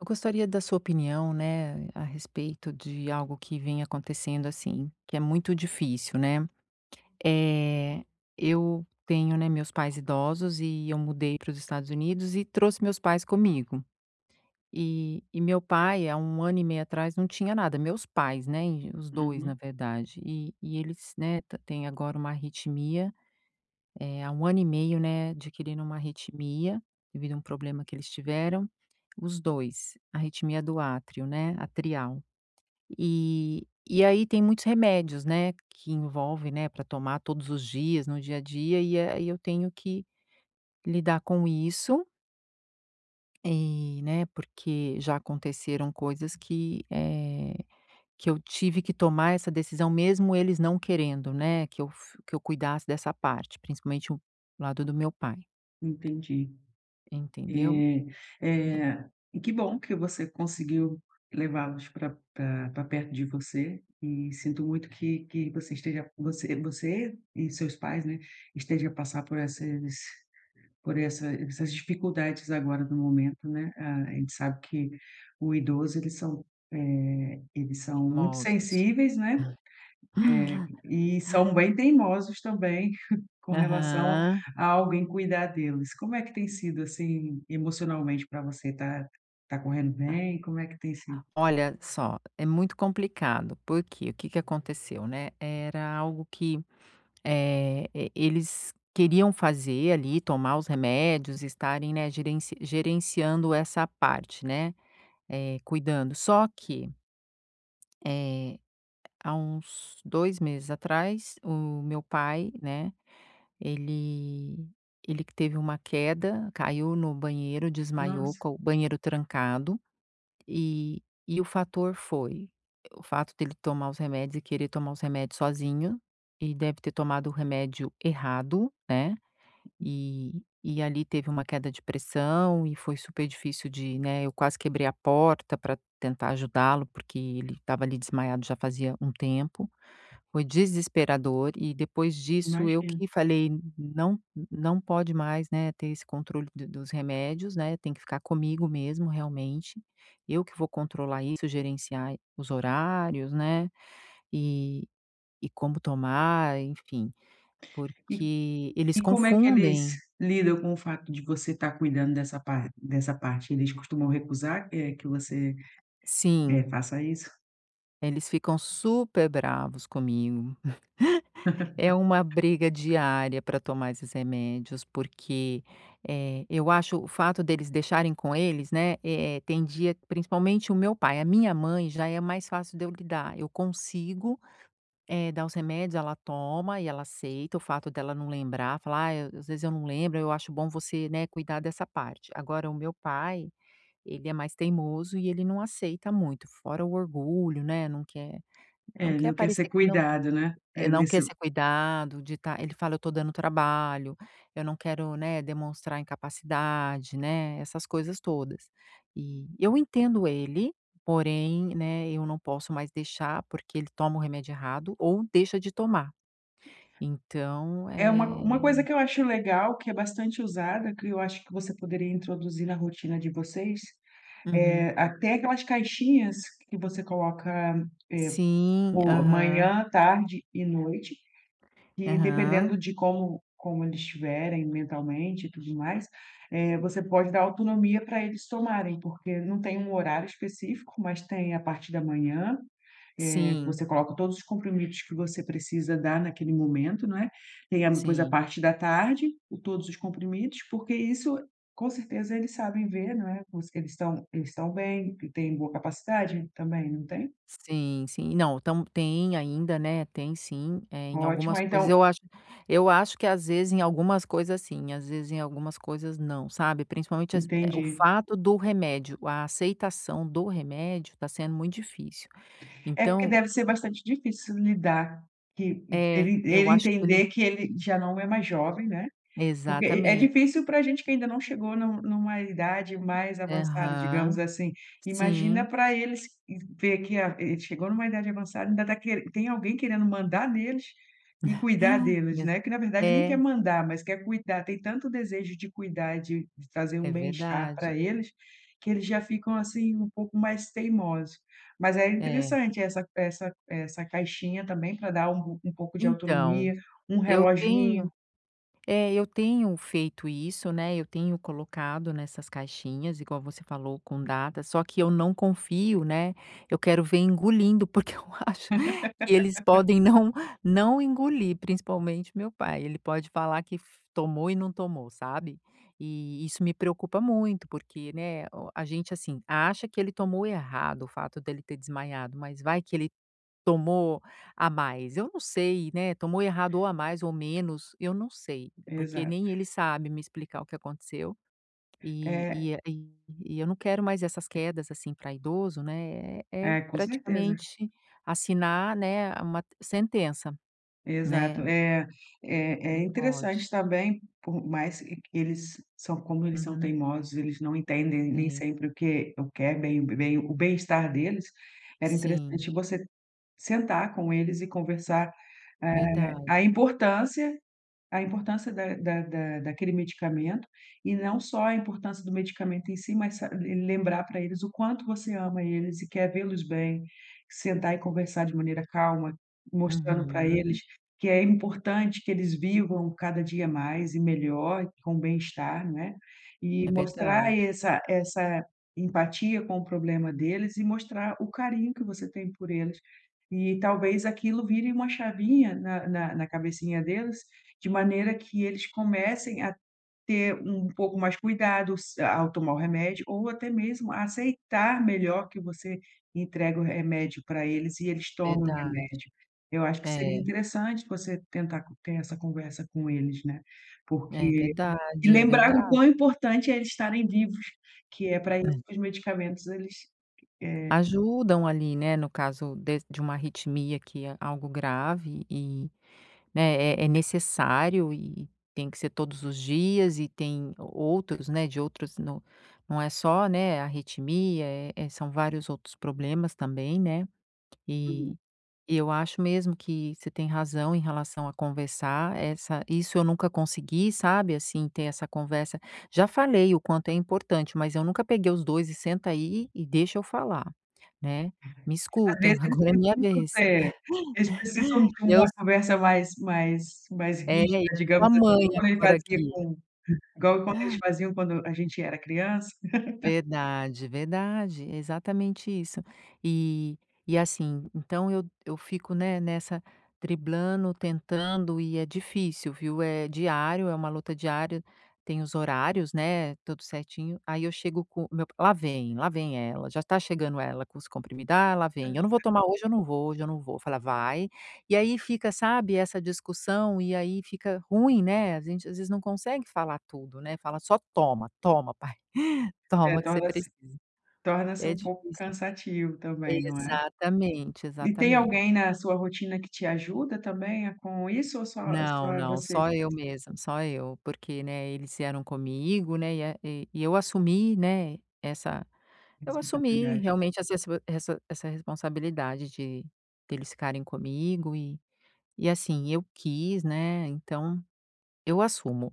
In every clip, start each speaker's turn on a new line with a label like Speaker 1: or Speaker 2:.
Speaker 1: Eu gostaria da sua opinião, né, a respeito de algo que vem acontecendo assim, que é muito difícil, né? É, eu tenho, né, meus pais idosos e eu mudei para os Estados Unidos e trouxe meus pais comigo. E meu pai, há um ano e meio atrás, não tinha nada. Meus pais, né, os dois, na
Speaker 2: Uhum,
Speaker 1: verdade. E eles, né, têm agora uma arritmia, há 1 ano e meio, né, adquirindo uma arritmia, devido a um problema que eles tiveram, os 2, arritmia do átrio, né, atrial. E aí tem muitos remédios, né, que envolve, né, para tomar todos os dias, no dia a dia, e aí eu tenho que lidar com isso, e, né, porque já aconteceram coisas que, que eu tive que tomar essa decisão mesmo eles não querendo, né, que eu cuidasse dessa parte, principalmente o lado do meu pai.
Speaker 2: entendi.
Speaker 1: Entendeu?
Speaker 2: Eh e que bom que você conseguiu levá-los para pra perto de você, e sinto muito que você esteja você e seus pais, né, esteja a passar por essas por essa essas dificuldades agora no momento, né. Ah, a gente sabe que o idoso eles são, eles são muito
Speaker 1: Teimosos.
Speaker 2: sensíveis, né. É, e são bem teimosos também com relação
Speaker 1: Aham.
Speaker 2: a alguém cuidar deles. Como é que tem sido, assim, emocionalmente para você? Tá tá correndo bem? Como é que tem sido?
Speaker 1: Olha só, é muito complicado, porque o que que aconteceu, né, era algo que, e eles queriam fazer ali, tomar os remédios, estarem, né, gerenciando essa parte, né, cuidando. Só que, eh, há uns 2 meses atrás, o meu pai, né, ele ele que teve uma queda, caiu no banheiro, desmaiou,
Speaker 2: Nossa,
Speaker 1: com o banheiro trancado. E e o fator foi o fato dele tomar os remédios e querer tomar os remédios sozinho, e deve ter tomado o remédio errado, né, e ali teve uma queda de pressão e foi super difícil de, né, eu quase quebrei a porta para tentar ajudá-lo, porque ele estava ali desmaiado já fazia um tempo. Foi desesperador e depois disso eu
Speaker 2: imagino.
Speaker 1: que falei: "Não não pode mais, né, ter esse controle do dos remédios, né, tem que ficar comigo mesmo realmente. Eu que vou controlar isso, gerenciar os horários, né, e e como tomar, enfim".
Speaker 2: E
Speaker 1: Porque eles
Speaker 2: e como é que eles
Speaker 1: confundem
Speaker 2: lidam com o fato de você estar cuidando dessa parte? Dessa parte? Eles costumam recusar, que você,
Speaker 1: sim,
Speaker 2: faça isso?
Speaker 1: eles ficam super bravos comigo. É uma briga diária para tomar esses remédios, porque, eu acho o fato deles deixarem com eles, né, eh, tem dia principalmente o meu pai, a minha mãe já é mais fácil de eu lidar, eu consigo, dar os remédios, ela toma e ela aceita, o fato dela não lembrar, falar: "Ai, às vezes eu não lembro, eu acho bom você, né, cuidar dessa parte". Agora o meu pai, ele é mais teimoso e ele não aceita muito, fora o orgulho, né, não quer
Speaker 2: É,
Speaker 1: não
Speaker 2: ele
Speaker 1: quer
Speaker 2: não quer
Speaker 1: parecer
Speaker 2: ser
Speaker 1: que não
Speaker 2: cuidado, né? É
Speaker 1: não quer
Speaker 2: nesse
Speaker 1: ser cuidado, de tá ele fala: "Eu tô dando trabalho, eu não quero, né, demonstrar incapacidade", né, essas coisas todas. E eu entendo ele, porém, né, eu não posso mais deixar, porque ele toma o remédio errado ou deixa de tomar. Então,
Speaker 2: é uma coisa
Speaker 1: é.
Speaker 2: que eu acho legal, que é bastante usada, que eu acho que você poderia introduzir na rotina de vocês. É,
Speaker 1: Uhum.
Speaker 2: até aquelas caixinhas que você coloca, eh,
Speaker 1: Sim,
Speaker 2: o
Speaker 1: aham,
Speaker 2: manhã, tarde e noite, e
Speaker 1: aham.
Speaker 2: dependendo de como eles estiverem mentalmente e tudo mais, você pode dar autonomia para eles tomarem, porque não tem um horário específico, mas tem a parte da manhã,
Speaker 1: Sim,
Speaker 2: você coloca todos os comprimidos que você precisa dar naquele momento, não é. Tem a depois a
Speaker 1: sim.
Speaker 2: parte da tarde, o todos os comprimidos, porque isso com certeza eles sabem ver, não é, os eles estão bem, que têm boa capacidade também, não tem?
Speaker 1: Sim, sim. Não, tam tem ainda, né, tem sim, eh, em
Speaker 2: Ótimo,
Speaker 1: algumas
Speaker 2: ah,
Speaker 1: coisas
Speaker 2: então
Speaker 1: eu acho que às vezes em algumas coisas sim, às vezes em algumas coisas não, sabe, principalmente as eh, o
Speaker 2: entendi.
Speaker 1: fato do remédio, a aceitação do remédio está sendo muito difícil.
Speaker 2: É porque
Speaker 1: Então
Speaker 2: deve ser bastante difícil lidar que
Speaker 1: é,
Speaker 2: ele
Speaker 1: eu
Speaker 2: ele
Speaker 1: acho que ele
Speaker 2: entender que ele já não é mais jovem, né. Porque é
Speaker 1: exatamente.
Speaker 2: difícil para a gente que ainda não chegou numa idade mais avançada, digamos
Speaker 1: Aham.
Speaker 2: assim. Imagina
Speaker 1: Sim,
Speaker 2: para eles e ver que a ele chegou numa idade avançada, ainda tá queren tem alguém querendo mandar neles e cuidar deles,
Speaker 1: ex
Speaker 2: né, que na verdade nem quer
Speaker 1: é,
Speaker 2: mandar, mas quer cuidar, tem tanto desejo de cuidar, de trazer um
Speaker 1: é
Speaker 2: bem-estar para
Speaker 1: verdade.
Speaker 2: eles, que eles já ficam, assim, um pouco mais teimosos. Mas é
Speaker 1: É.
Speaker 2: interessante essa caixinha também para dar um pouco de
Speaker 1: Então,
Speaker 2: autonomia, um
Speaker 1: eu
Speaker 2: reloginho.
Speaker 1: tenho É, eu tenho feito isso, né, eu tenho colocado nessas caixinhas, igual você falou, com datas, só que eu não confio, né, eu quero ver engolindo, porque eu acho que eles podem não engolir, principalmente meu pai, ele pode falar que f tomou e não tomou, sabe. E isso me preocupa muito, porque, né, o a gente, assim, acha que ele tomou errado o fato dele ter desmaiado, mas vai que ele tomou a mais, eu não sei, né, tomou errado ou a mais ou menos, eu não sei, porque
Speaker 2: Exato.
Speaker 1: nem ele sabe me explicar o que aconteceu, e
Speaker 2: É.
Speaker 1: e é, e eu não quero mais essas quedas, assim, para idoso, né, é é
Speaker 2: É, com certeza.
Speaker 1: praticamente assinar, né, uma sentença,
Speaker 2: Exato.
Speaker 1: né,
Speaker 2: É
Speaker 1: não pode.
Speaker 2: interessante também, por mais que eles são como eles são
Speaker 1: Uhum,
Speaker 2: teimosos, eles não entendem nem
Speaker 1: sim,
Speaker 2: sempre o que é bem bem o bem-estar deles, era
Speaker 1: sim,
Speaker 2: interessante você sentar com eles e conversar,
Speaker 1: verdade.
Speaker 2: a importância. A importância da daquele medicamento, e não só a importância do medicamento em si, mas sa lembrar para eles o quanto você ama eles e quer vê-los bem, sentar e conversar de maneira calma, mostrando para eles
Speaker 1: Uhum,
Speaker 2: que é importante que eles vivam cada dia mais e melhor, com bem-estar, né, e
Speaker 1: é verdade,
Speaker 2: mostrar essa empatia com o problema deles e mostrar o carinho que você tem por eles. E talvez aquilo vire uma chavinha na cabecinha deles de maneira que eles comecem a ter um pouco mais cuidado s ao tomar o remédio ou até mesmo a aceitar melhor que você entrega o remédio para eles e eles tomam o
Speaker 1: verdade.
Speaker 2: remédio. Eu acho que seria
Speaker 1: É,
Speaker 2: interessante você tentar co ter essa conversa com eles, né,
Speaker 1: é
Speaker 2: porque e
Speaker 1: verdade, é
Speaker 2: lembrar o
Speaker 1: verdade.
Speaker 2: quão importante é eles estarem vivos, que é para isso que os medicamentos eles...
Speaker 1: Ajudam ali, né, no caso de uma arritmia que é algo grave e, né, é é necessário e tem que ser todos os dias e tem outros, né, de outros não não é só, né, arritmia, eh é são vários outros problemas também, né, e e eu acho mesmo que você tem razão em relação a conversar, essa isso eu nunca consegui, sabe, assim, ter essa conversa. Já falei o quanto é importante, mas eu nunca peguei os 2 e senta aí e deixa eu falar, né. Me
Speaker 2: Às
Speaker 1: escutem,
Speaker 2: vezes
Speaker 1: agora é minha vez.
Speaker 2: eles precisam de
Speaker 1: Eu
Speaker 2: uma conversa mais
Speaker 1: eu
Speaker 2: rígida,
Speaker 1: sou a
Speaker 2: digamos assim,
Speaker 1: mãe
Speaker 2: igual quando ele
Speaker 1: agora
Speaker 2: fazia
Speaker 1: aqui.
Speaker 2: com, igual quando eles faziam quando a gente era criança,
Speaker 1: Verdade, verdade, é exatamente isso. E e assim, então eu fico, né, nessa driblando, tentando e é difícil, viu, é diário, é uma luta diária, tem os horários, né, tudo certinho, aí eu chego com meu lá vem ela, já está chegando ela com os comprimidos, "Ah, lá vem, eu não vou tomar hoje, eu não vou, hoje eu não vou", fala: "Vai". E aí fica, sabe, essa discussão e aí fica ruim, né, a gente às vezes não consegue falar tudo, né, fala só: "Toma, toma pai".
Speaker 2: eh,
Speaker 1: Toma que você
Speaker 2: torna-se
Speaker 1: precisa.
Speaker 2: torna-se
Speaker 1: É
Speaker 2: um pouco
Speaker 1: difícil.
Speaker 2: cansativo também, não é.
Speaker 1: Exatamente,
Speaker 2: E tem
Speaker 1: exatamente.
Speaker 2: alguém na sua rotina que te ajuda também a com isso ou só
Speaker 1: Não,
Speaker 2: só é
Speaker 1: não,
Speaker 2: você
Speaker 1: só eu mesma, só eu, porque, né, eles vieram comigo, né, e a e e eu assumi, né, essa eu
Speaker 2: mesmo
Speaker 1: assumi realmente essa responsabilidade de deles ficarem comigo e assim, eu quis, né, então eu assumo.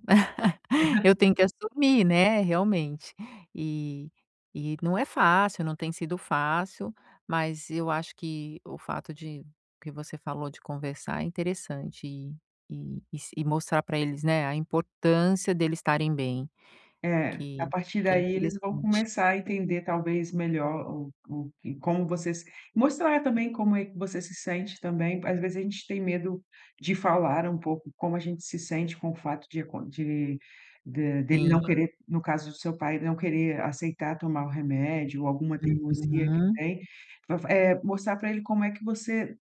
Speaker 1: Eu tenho que assumir, né, realmente. E e não é fácil, não tem sido fácil, mas eu acho que o fato de que você falou de conversar é interessante e se e mostrar para eles, né, a importância deles estarem bem,
Speaker 2: É, a
Speaker 1: que
Speaker 2: partir
Speaker 1: que é
Speaker 2: daí eles vão
Speaker 1: interessante.
Speaker 2: começar a entender talvez melhor o que como você se... mostrar também como é que você se sente também. Às vezes a gente tem medo de falar um pouco como a gente se sente com o fato de acon de dele
Speaker 1: Sim.
Speaker 2: não querer, no caso do seu pai, não querer aceitar tomar o remédio ou alguma teimosia que
Speaker 1: Uhum.
Speaker 2: tem. Mostrar para ele como é que você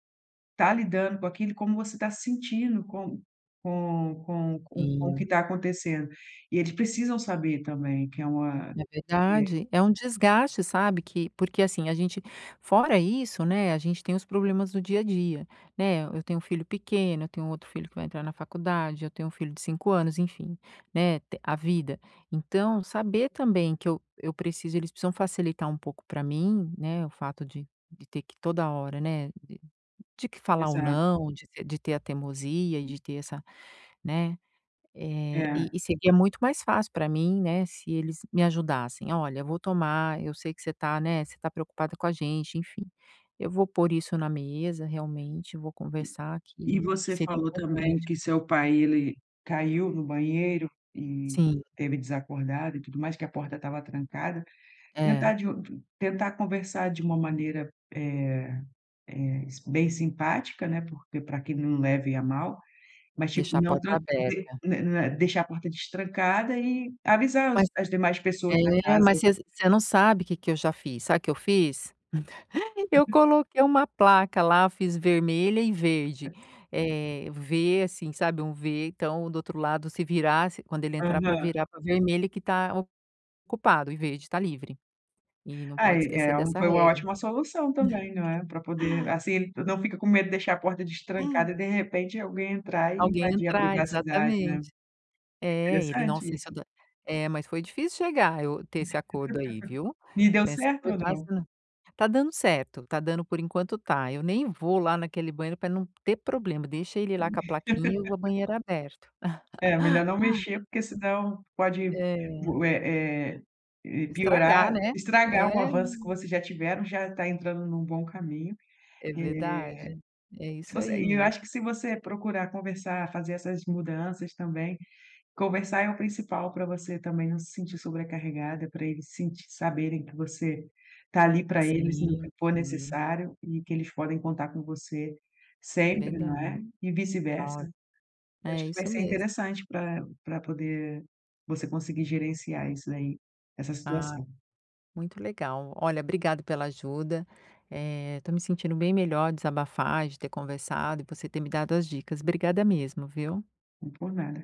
Speaker 2: tá lidando com aquilo, como você tá se sentindo com com o que
Speaker 1: Sim.
Speaker 2: tá acontecendo. E eles precisam saber também que é uma
Speaker 1: É
Speaker 2: é,
Speaker 1: verdade, é um desgaste, sabe, que porque assim, a gente fora isso, né, a gente tem os problemas do dia a dia, né, eu tenho um filho pequeno, eu tenho outro filho que vai entrar na faculdade, eu tenho um filho de 5 anos, enfim, né, te a vida. Então, saber também que eu preciso eles precisam facilitar um pouco para mim, né, o fato de ter que toda hora, né, de que falar ou
Speaker 2: exato,
Speaker 1: não, de ter a teimosia e de ter essa, né eh, e
Speaker 2: é.
Speaker 1: e seria muito mais fácil para mim, né, se eles me ajudassem: "Olha, eu vou tomar, eu sei que você tá, né, você tá preocupada com a gente", enfim. Eu vou pôr isso na mesa, realmente, vou conversar
Speaker 2: E
Speaker 1: que
Speaker 2: você
Speaker 1: seria
Speaker 2: falou também
Speaker 1: importante.
Speaker 2: que seu pai, ele caiu no banheiro e
Speaker 1: Sim,
Speaker 2: teve desacordado e tudo mais, que a porta estava trancada.
Speaker 1: é,
Speaker 2: Tentar de um tentar conversar de uma maneira, bem simpática, né, porque para que não leve a mal. Mas, tipo,
Speaker 1: deixar a
Speaker 2: não
Speaker 1: porta
Speaker 2: tran
Speaker 1: aberta.
Speaker 2: de né né, deixar a porta destrancada e avisar
Speaker 1: Mas
Speaker 2: os as demais pessoas da
Speaker 1: é,
Speaker 2: casa.
Speaker 1: mas você não sabe o que que eu já fiz. Sabe o que eu fiz? Eu coloquei uma placa lá, fiz vermelha e verde, V assim, sabe, um V, então do outro lado se virasse quando ele entrar para
Speaker 2: Aham.
Speaker 1: virar para vermelha que está ocupado e verde está livre, e não pode
Speaker 2: Aí,
Speaker 1: esquecer
Speaker 2: é um
Speaker 1: dessa
Speaker 2: foi uma
Speaker 1: regra.
Speaker 2: ótima solução também, não é, pra poder assim, ele não fica com medo de deixar a porta destrancada e de repente alguém entrar e
Speaker 1: Alguém
Speaker 2: invadir a
Speaker 1: entrar,
Speaker 2: privacidade, né.
Speaker 1: exatamente. É, ele
Speaker 2: Interessante
Speaker 1: nossa isso
Speaker 2: isso.
Speaker 1: da é, mas foi difícil chegar, eu ter esse acordo aí, viu.
Speaker 2: E deu
Speaker 1: Pensa que
Speaker 2: certo
Speaker 1: foi
Speaker 2: ou não?
Speaker 1: fácil não. Tá dando certo, tá dando por enquanto tá, eu nem vou lá naquele banheiro para não ter problema, deixa ele lá com a plaquinha e o banheiro aberto.
Speaker 2: É, melhor não mexer, porque senão pode
Speaker 1: É.
Speaker 2: vo eh eh eh,
Speaker 1: Estragar,
Speaker 2: piorar,
Speaker 1: né.
Speaker 2: estragar o
Speaker 1: É,
Speaker 2: avanço que vocês já tiveram, já tá entrando num bom caminho,
Speaker 1: é
Speaker 2: e...
Speaker 1: verdade. É
Speaker 2: Se
Speaker 1: isso
Speaker 2: você
Speaker 1: aí
Speaker 2: e eu
Speaker 1: mesmo.
Speaker 2: acho que se você procurar conversar, fazer essas mudanças também, conversar é o principal para você também não se sentir sobrecarregada, para eles sentir saberem que você tá ali para eles no
Speaker 1: Sim,
Speaker 2: que for
Speaker 1: sim,
Speaker 2: necessário e que eles podem contar com você sempre, não
Speaker 1: verdade.
Speaker 2: é, e vice-versa.
Speaker 1: Olha,
Speaker 2: Eu acho
Speaker 1: é
Speaker 2: que vai
Speaker 1: isso
Speaker 2: ser
Speaker 1: mesmo.
Speaker 2: interessante para poder você conseguir gerenciar isso daí, essa
Speaker 1: Ah,
Speaker 2: situação.
Speaker 1: muito legal. Olha, obrigado pela ajuda, estou me sentindo bem melhor de desabafar, de ter conversado e você ter me dado as dicas. Obrigada mesmo, viu.
Speaker 2: Não por nada.